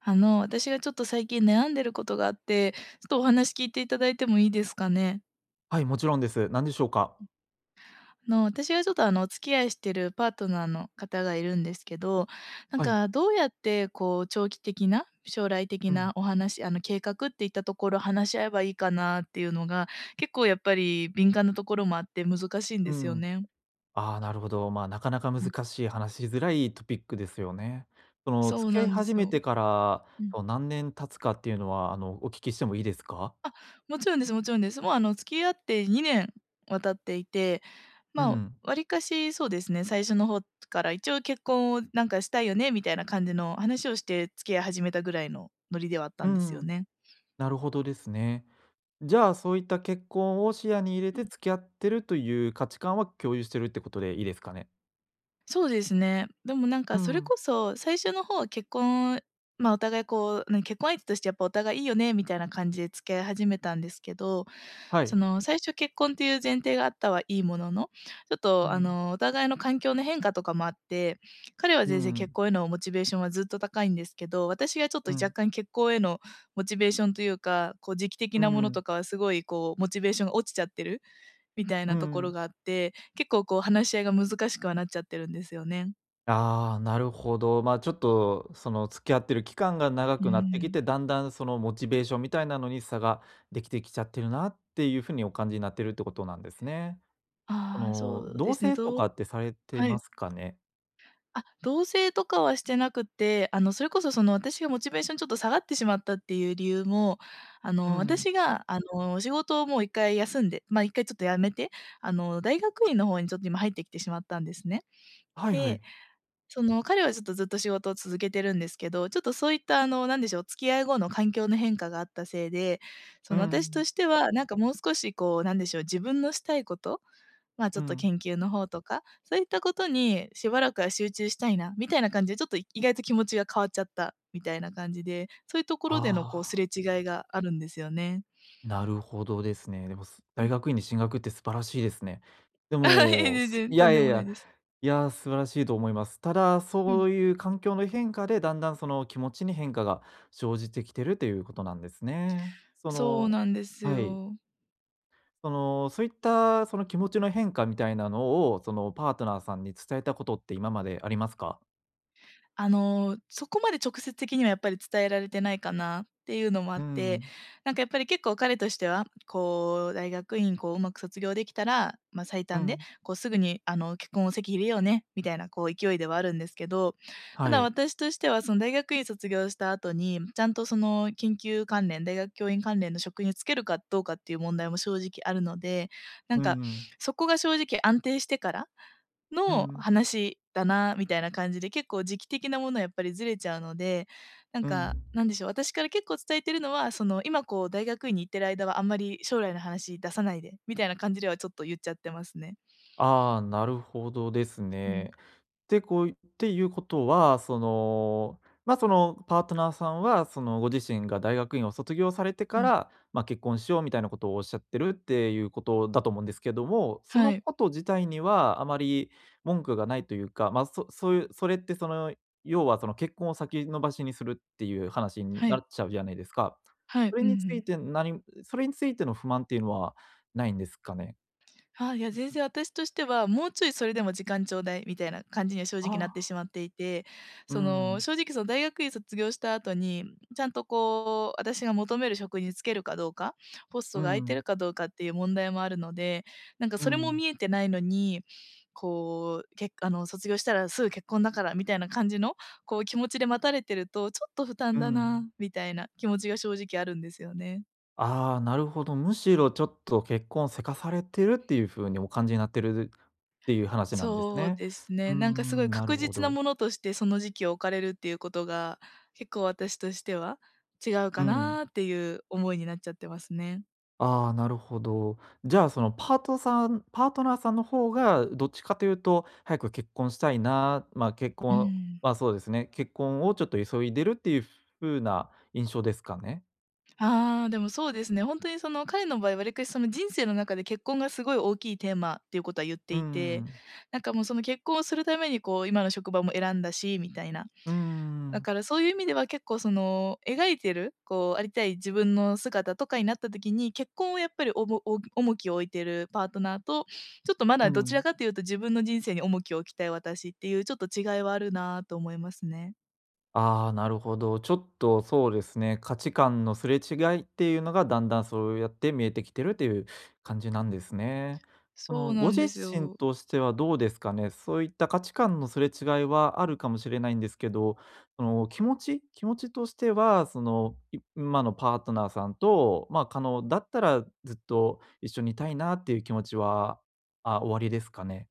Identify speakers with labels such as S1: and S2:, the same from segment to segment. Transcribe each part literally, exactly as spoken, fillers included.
S1: あの、私がちょっと最近悩んでることがあって、ちょっとお話聞いていただいてもいいですかね？
S2: はい、もちろんです。何でしょうか？
S1: あの、私がちょっと、あの、お付き合いしてるパートナーの方がいるんですけど、なん
S2: はい。
S1: かどうやって、こう、長期的な、将来
S2: う
S1: 的
S2: ん。
S1: なお話あの、計画っていったところ、話し合えばいいかなっていうのが、結構やっぱり敏感なところもあって難しいん
S2: う
S1: ですよ
S2: ん。
S1: ね。
S2: ああ、なるほど。まあ、なかなか
S1: うん。
S2: 難しい、話しづらいトピックですよね。その、
S1: そ
S2: 付
S1: う
S2: き合
S1: な
S2: い
S1: んで
S2: 始
S1: す
S2: め
S1: よ。
S2: てから、そう何年経つかっていうのは、あの、お聞きしてもいいですか？
S1: あ、もちろんですもちろんです。もうあの、付き合ってにねん渡っていて、
S2: う
S1: まあ、
S2: ん。
S1: わりかしそうですね、最初の方から一応結婚をなんかしたいよねみたいな感じの話をして付き合い始めたぐらいのノリではあった
S2: う
S1: んですよ
S2: ん、
S1: ね。
S2: なるほどですね。じゃあ、そういった結婚を視野に入れ
S1: う
S2: て
S1: ん、
S2: 付き合ってるという価値観は共有してるってことでいいですかね？
S1: そうですね。でもなん
S2: う
S1: かそれ
S2: ん。
S1: こそ最初の方は結婚、まあ、お互いこう、ね、結婚相手としてやっぱお互いいいよねみたいな感じで付き合い始めたんですけど、
S2: は
S1: そ
S2: い。
S1: の、最初結婚っていう前提があったはいいものの、ちょっ
S2: う
S1: と、あ
S2: ん。
S1: の、お互いの環境の変化とかもあって、彼は
S2: う
S1: 全然
S2: ん。
S1: 結婚へのモチベーションはずっと高いんですけど、私がちょっと
S2: う
S1: 若
S2: ん。
S1: 干結婚へのモチベーションというか、こう、時期的
S2: う
S1: なもの
S2: ん。
S1: とかはすごい、こう、モチベーションが落ちちゃってるみたい
S2: う
S1: なところ
S2: ん。
S1: があって、結構、こう、話し合いが難しくはなっちゃってるんですよね。
S2: ああ、なるほど。まあ、ちょっと、その、付き合ってる期間が長
S1: う
S2: くなってき
S1: ん。
S2: て、だんだんそのモチベーションみたいなのに差ができてきちゃってるなっていうふうにお感じになってるってことなんですね。そ
S1: ああ、
S2: の、
S1: そう
S2: 同
S1: ですね。
S2: 棲と
S1: どう
S2: かってされて
S1: は
S2: ま
S1: い。
S2: すかね？
S1: あ、同棲とかはしてなくて、あの、それこそ、その、私がモチベーションちょっと下がってしまったっていう理由も、あ
S2: う
S1: の、
S2: ん。
S1: 私が、あの、仕事をもういっかい休んで、まあ、いっかいちょっとやめて、あの、大学院の方にちょっと今入ってきてしまったんですね。
S2: はいはい。
S1: で、その、彼はちょっとずっと仕事を続けてるんですけど、ちょっとそういった、あの、なんでしょう、付き合い後の環境の変化があったせいで、
S2: う
S1: その、私と
S2: ん、
S1: しては、なんかもう少しこう、なんでしょう、自分のしたいこと、まあ、
S2: う
S1: ちょっと
S2: ん。
S1: 研究の方とか、そういったことにしばらくは集中したいなみたいな感じで、ちょっと意外と気持ちが変わっちゃったみたいな感じで、そういうところでのこうす
S2: あ
S1: れ
S2: あ。
S1: 違いがあるんですよね。
S2: なるほどですね。でも、す
S1: う
S2: 大
S1: ん。
S2: 学院に進学って素晴らしいですね。で
S1: あ、いえ、
S2: も、
S1: 全
S2: すい
S1: 然と
S2: や
S1: ん
S2: い
S1: で
S2: やい
S1: もない
S2: や、
S1: です。
S2: いや、素晴らしいと思います。ただ、
S1: う
S2: そ
S1: ん。
S2: ういう環境の変化で、だんだんその気持ちに変化が生じてきてるということなんですね。そ
S1: そう
S2: の。
S1: なんです
S2: はい。
S1: よ。
S2: その、そういったその気持ちの変化みたいなのを、そのパートナーさんに伝えたことって今までありますか？
S1: あの、そこまで直接的にはやっぱり伝えられてないかなっていうのもあっ
S2: う
S1: て、
S2: ん、
S1: なんかやっぱり結構彼としては、こう大学院こううまく卒業できたら、まあ、最
S2: う
S1: 短で、
S2: ん、
S1: こうすぐにあの結婚を籍入れようねみたいなこう勢いではあるんですけど、た
S2: は
S1: だ
S2: い。
S1: 私としてはその大学院卒業した後に、ちゃんとその研究関連、大学教員関連の職に就けるかどうかっていう問題も正直あるので、な
S2: う
S1: んか
S2: んうん、
S1: そこが正直安定してから
S2: うんう
S1: の
S2: ん、
S1: 話だなみたいな感じで、結構時期的なものはやっぱりずれちゃうので、なん
S2: う
S1: か、
S2: ん。
S1: なんでしょう、私から結構伝えてるのは、その、今こう大学院に行ってる間はあんまり将来の話出さないでみたいな感じではちょっと言っちゃってますね。
S2: ああ、なるほどです
S1: う
S2: ね。
S1: ん、
S2: で、こういっていうことは、その、まあ、その、パートナーさんは、その、ご自身が大学院を卒業されて
S1: う
S2: か
S1: ん。
S2: ら、まあ、結婚しようみたいなことをおっしゃってるっていうことだと思うんですけども、そ
S1: は
S2: の
S1: い。
S2: こと自体にはあまり文句がないというか、まあ、そそういうそれってその、要はその結婚を先延ばしにするっていう話に
S1: は
S2: な
S1: い。
S2: っちゃうじゃないですか。
S1: はい。
S2: それ
S1: うんう
S2: につい
S1: ん。
S2: て何それについての不満っていうのはないんですかね？
S1: あ、いや、全然私としては、もうちょいそれでも時間ちょうだいみたいな感じには正直なって
S2: あ
S1: し
S2: あ、
S1: まっていて、
S2: う
S1: その、
S2: ん、
S1: 正直その大学院卒業した後に、ちゃんとこう、私が求める職に就けるかどうか、ポス
S2: う
S1: トが空いてる
S2: ん、
S1: かどうかっていう問題もあるので、なんか
S2: う
S1: それも
S2: ん、
S1: 見えてないのに、こう、けあの、卒業したらすぐ結婚だからみたいな感じの、こう気持ちで待たれてると、ちょっと負担
S2: う
S1: だ
S2: ん。
S1: な、みたいな気持ちが正直あるんですよね。
S2: ああ、なるほど。むしろちょっと結婚せかされてるっていう風にお感じになってるっていう話なんです
S1: そう
S2: ね。
S1: です
S2: うー
S1: ね。なんかすごい
S2: ん、なる
S1: 確
S2: ほ
S1: 実な
S2: ど。
S1: ものとして、その時期を置かれるっていうことが、結構私としては違う
S2: う
S1: か
S2: ん。
S1: なっていう思いになっちゃってますね。
S2: ああ、なるほど。じゃあ、そのパートさんパートナーさんの方がどっちかというと、早く結婚したいな、まあ、結
S1: う
S2: 婚
S1: ん。
S2: はそうですね、結婚をちょっと急いでるっていう風な印象ですかね？
S1: ああ、でもそうですね。本当にその彼の場合、わりかしその人生の中で結婚がすごい大きいテーマっていうことは言って
S2: うー
S1: いて、
S2: ん。
S1: なんかもうその結婚をするためにこう今の職場も選んだしみたいな、
S2: うー
S1: だ
S2: ん。
S1: からそういう意味では結構その、描いてる、こうありたい自分の姿とかになった時に、結婚をやっぱりおもお重きを置いてるパートナーと、ちょっとま
S2: う
S1: だどちら
S2: ん。
S1: かというと自分の人生に重きを置きたい私っていうちょっと違いはあるなと思いますね。
S2: ああ、なるほど。ちょっとそうですね、価値観のすれ違いっていうのがだんだんそうやって見えてきてるっていう感じなんですね。こ
S1: そ
S2: の
S1: うな
S2: ご
S1: ん
S2: 自
S1: です
S2: 身
S1: よ。
S2: としてはどうですかね。そういった価値観のすれ違いはあるかもしれないんですけど、その気持ち気持ちとしては、その、い今のパートナーさんと、まあ、可能だったらずっと一緒にいたいなっていう気持ちは、あ、終わりですかね？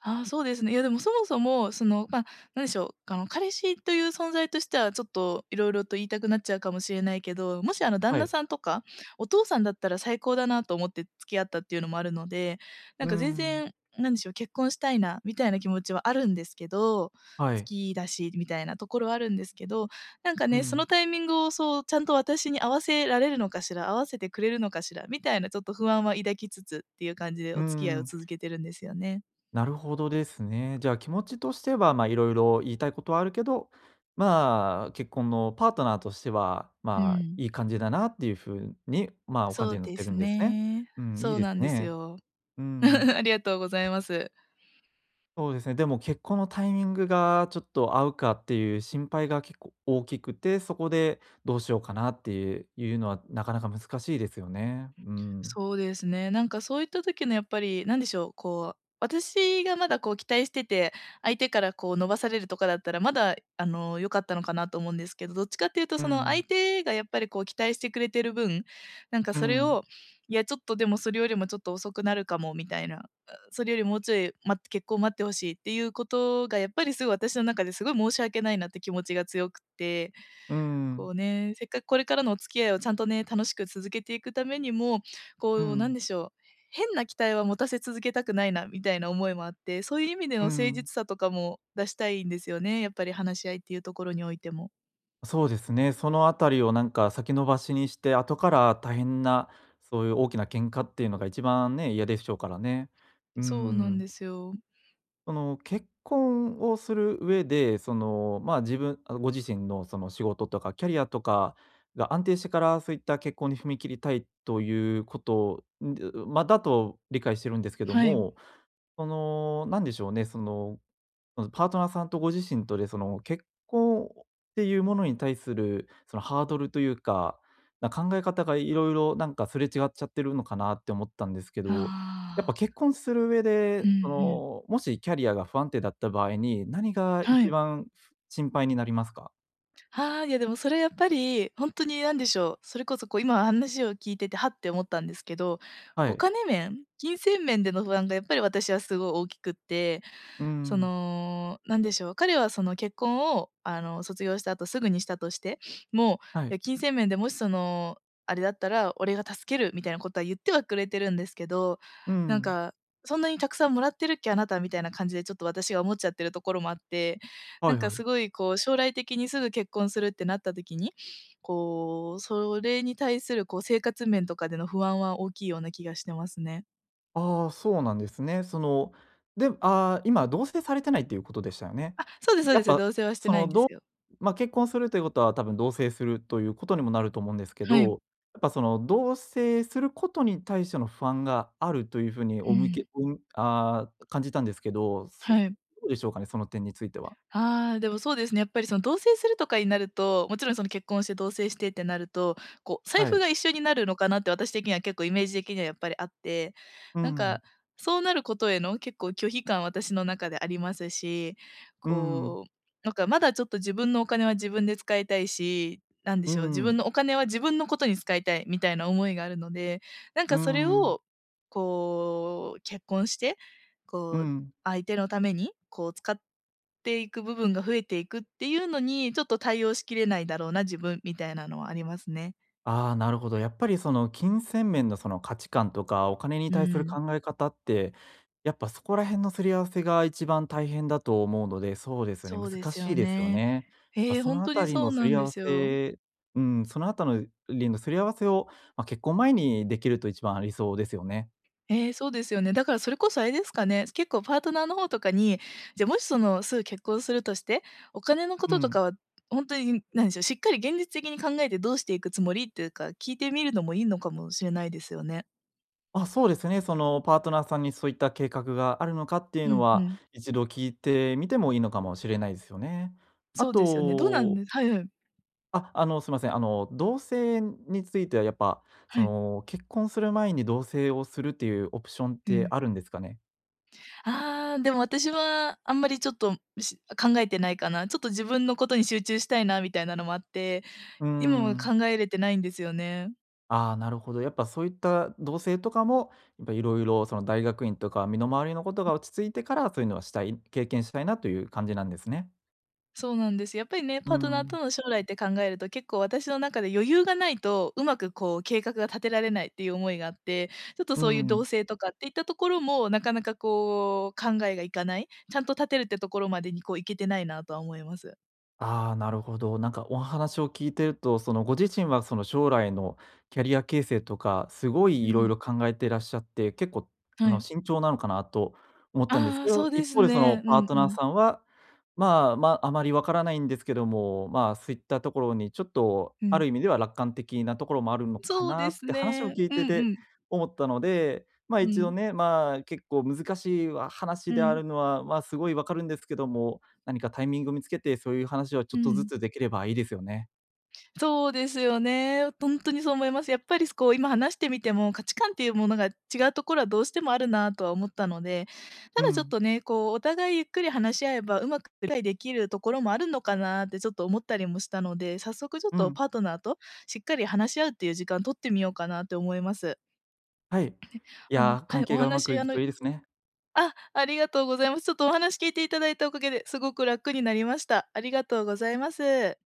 S1: ああ、そうですね。いや、でもそもそも、その、まあ、なんでしょう、あの、彼氏という存在としては、ちょっといろいろと言いたくなっちゃうかもしれないけど、もし、あの、旦
S2: は
S1: 那
S2: い。
S1: さんとか、お父さんだったら最高だなと思って付き合ったっていうのもあるので、
S2: う
S1: なん
S2: ー
S1: か全
S2: ん。
S1: 然、なんでしょう、結婚したいなみたいな気持ちはあるんですけど、好
S2: はい。
S1: きだしみたいなところはあるんですけど、なんか
S2: う
S1: ね、そ
S2: ん。
S1: のタイミングを、そう、ちゃんと私に合わせられるのかしら、合わせてくれるのかしらみたいなちょっと不安は抱きつつっていう感じで
S2: うー
S1: お付き合いを
S2: ん。
S1: 続けてるんですよね。
S2: なるほどですね。じゃあ気持ちとしては、まあ、いろいろ言いたいことはあるけど、まあ、結婚のパートナーとしては、
S1: う
S2: まあ、
S1: ん。
S2: いい感じだなっていうふうに、まあ、お感
S1: そ
S2: じ
S1: う
S2: になっ
S1: で
S2: てる
S1: す
S2: んですね。
S1: ね。
S2: うん、いい
S1: そう
S2: です
S1: なんです
S2: ね。
S1: よ。
S2: うん、
S1: ありがとうございます。
S2: そうですね。でも結婚のタイミングがちょっと合うかっていう心配が結構大きくて、そこでどうしようかなっていういうのはなかなか難しいですよね。うん。
S1: そうですね、なんかそういった時のやっぱり、なんでしょう、こう、私がまだこう期待してて、相手からこう伸ばされるとかだったら、まだあの、良かったのかなと思うんですけど、どっちかっていうと
S2: う
S1: その
S2: ん。
S1: 相手がやっぱりこう期待してくれてる分、なんか
S2: う
S1: それ
S2: ん。
S1: を、いやちょっとでもそれよりもちょっと遅くなるかもみたいな、それよりもうちょい待って結婚待ってほしいっていうことがやっぱりすごい私の中ですごい申し訳ないなって気持ちが強くって。
S2: う
S1: こ
S2: ん。
S1: うね、せっかくこれからのお付き合いをちゃんとね、楽しく続けていくためにも、
S2: う
S1: こうなん
S2: ん。
S1: でしょう、変な期待は持たせ続けたくないなみたいな思いもあって、そういう意味での
S2: う
S1: 誠
S2: ん。
S1: 実さとかも出したいんですよね、やっぱり話し合いっていうところにおいても。
S2: そうですね、そのあたりをなんか先延ばしにして、後から大変な、そういう大きな喧嘩っていうのが一番ね、嫌でしょうからね。う
S1: そうなん
S2: ん。
S1: ですよ。
S2: その結婚をする上で、その、まあ、自分あ、ご自身のその仕事とかキャリアとかが安定してから、そういった結婚に踏み切りたいということんでまあ、だと理解してるんですけど
S1: はい。
S2: も、その、なんでしょうね、そのそのパートナーさんとご自身とで、その結婚っていうものに対する、そのハードルというか、な考え方がいろいろなんかすれ違っちゃってるのかなって思ったんですけど、やっ
S1: あ
S2: ぱ
S1: あ、
S2: 結婚する上で、
S1: うんう
S2: そ
S1: ん。
S2: の、もしキャリアが不安定だった場合に、何が
S1: は
S2: 一
S1: い。
S2: 番心配になりますか？
S1: ああ、いやでもそれやっぱり、本当に何でしょう、それこそこう今話を聞いてて、はって思ったんですけど、
S2: は
S1: お
S2: い。
S1: 金面、金銭面での不安がやっぱり私はすごい大きくって、
S2: う
S1: そ
S2: ん。
S1: の、なんでしょう、彼はその結婚を、あの、卒業した後すぐにしたとして、もう、い
S2: はい。
S1: や、金銭面でもしその、あれだったら俺が助けるみたいなことは言ってはくれてるんですけど、
S2: う
S1: なん
S2: ん。
S1: か、そんなにたくさんもらってるっけ、あなたみたいな感じでちょっと私が思っちゃってるところもあって、
S2: は
S1: な
S2: い
S1: んか
S2: はい。
S1: すごいこう将来的にすぐ結婚するってなった時に、こう、それに対するこう生活面とかでの不安は大きいような気がしてますね。
S2: ああ、そうなんですね。その、で、ああ、今同棲されてないっていうことでしたよね。
S1: あ、そうですそう
S2: や
S1: で
S2: っ
S1: す。
S2: ぱ、
S1: 同棲はして
S2: そ
S1: ないん
S2: の、
S1: で
S2: 同
S1: すよ。
S2: ま、あ結婚するということは、多分同棲するということにもなると思うんですけ
S1: はい。
S2: ど、やっぱその同棲することに対しての不安があるというふうに
S1: う
S2: お向け
S1: ん。
S2: おむあー感じたんですけど、
S1: は
S2: そ
S1: い。
S2: どうでしょうかね、その点については。
S1: ああ、でもそうですね。やっぱりその同棲するとかになると、もちろんその結婚して同棲してってなると、こう財
S2: は
S1: 布
S2: い。
S1: が一緒になるのかなって私的には結構イメージ的にはやっぱりあって、なんかそうなることへの結構拒否感私の中でありますし、
S2: うん、
S1: こう、なんかまだちょっと自分のお金は自分で使いたいし、なんで
S2: うん、
S1: しょう、自
S2: う
S1: 分
S2: ん、
S1: のお金は自分のことに使いたいみたいな思いがあるので、なん
S2: う
S1: かそれ
S2: ん、
S1: を、こう結婚して、
S2: う
S1: こう
S2: ん。
S1: 相手のために、こう使っていく部分が増えていくっていうのに、ちょっと対応しきれないだろうな、自分みたいなのはありますね。
S2: ああ、なるほど。やっぱりその金銭面のその価値観とか、お金に
S1: う
S2: 対する
S1: ん、
S2: 考え方って、やっぱそこら辺のすり合わせが一番大変だと思うので、そうですよね、
S1: そうで
S2: 難
S1: す
S2: しい
S1: よ
S2: ですよ
S1: ね。
S2: ね。まあ、
S1: ええ、
S2: そ
S1: ほ
S2: の
S1: ん
S2: あ
S1: と
S2: た
S1: に
S2: り
S1: そ
S2: の
S1: う
S2: す
S1: な
S2: り
S1: ん
S2: 合
S1: で
S2: わ
S1: すよ。
S2: せうん、そのあたのりのすり合わせを、まあ、結婚前にできると一番理想ですよね。
S1: ええ、そうですよね。だからそれこそあれですかね、結構パートナーの方とかに、じゃ、もしその、すぐ結婚するとして、お金のこ
S2: う
S1: とと
S2: ん。
S1: かはほんとに、なんでしょう、しっかり現実的に考えてどうしていくつもりっていうか、聞いてみるのもいいのかもしれないですよね。
S2: あ、そうですね。そのパートナーさんにそういった計画があるのかっていう
S1: う
S2: の
S1: んう
S2: は、
S1: ん。
S2: 一度聞いてみてもいいのかもしれないですよね。あ
S1: そうですよね。どうなん
S2: と
S1: で、はいはい。
S2: あ、あの、すいません。あの、同棲についてはやっぱ、そ
S1: はい。
S2: の、結婚する前に同棲をするっていうオプションっ
S1: う
S2: て
S1: ん。
S2: あるんですかね？
S1: ああ、でも私はあんまりちょっと、し考えてないかな。ちょっと自分のことに集中したいなみたいなのもあって、
S2: うー
S1: 今は
S2: ん。
S1: 考えれてないんですよね。
S2: ああ、なるほど。やっぱそういった同棲とかも、やっぱいろいろその大学院とか身の回りのことが落ち着いてから、そういうのはしたい経験したいなという感じなんですね。
S1: そうなんです。やっぱりね、
S2: う
S1: パートナー
S2: ん。
S1: との将来って考えると、結構私の中で余裕がないと、うまくこう計画が立てられないっていう思いがあって、ちょっと
S2: うー
S1: そういう同
S2: ん。
S1: 棲とかっていったところも、なかなかこう考えがいかない、ちゃんと立てるってところまでにこういけてないなとは思います。
S2: ああ、なるほど。なんかお話を聞いてると、そのご自身はその将来のキャリア形成とか、すご
S1: う
S2: いいろい
S1: ん。
S2: ろ考えてらっしゃって、結構あ
S1: は
S2: の
S1: い。
S2: 慎重なのかなと思ったんです
S1: ああ、
S2: け
S1: そ
S2: ど、
S1: うで
S2: 一
S1: す
S2: 方でその
S1: ね。う
S2: パー
S1: ん
S2: ト
S1: う
S2: ナー
S1: ん。
S2: さんは、まあまあ、あまりわからないんですけども、まあそういったところにちょっと
S1: う
S2: ある
S1: ん。
S2: 意味では楽観的なところもあるのか
S1: そう
S2: な
S1: で
S2: っ
S1: す
S2: て話を
S1: ね。
S2: 聞い
S1: う
S2: て
S1: んう
S2: て
S1: ん。
S2: 思ったので、まあ
S1: う
S2: 一度
S1: ん。
S2: ね、まあ結構難しいわ話
S1: う
S2: であ
S1: ん。
S2: るのは、まあすごいわかるんですけども、何かタイミングを見つけて、そういう話をちょ
S1: う
S2: っとず
S1: ん。
S2: つできればいいですよね。
S1: そうですよね。ほんとにそう思います。やっぱり、こう、今話してみても、価値観っていうものが違うところはどうしてもあるなとは思ったので、
S2: う
S1: ただちょっ
S2: ん、
S1: とね、こう、お互いゆっくり話し合えば、うまく理解できるところもあるのかなってちょっと思ったりもしたので、早速ちょっ
S2: う
S1: と
S2: ん。
S1: パートナーとしっかり話し合うっていう時間取ってみようかなって思います。
S2: はい。い
S1: あの
S2: や、
S1: は
S2: 関
S1: い、
S2: 係
S1: お
S2: がうまく
S1: 話、
S2: い
S1: あ
S2: く
S1: の
S2: といいですね。
S1: あ、ありがとうございます。ちょっとお話聞いていただいたおかげで、すごく楽になりました。ありがとうございます。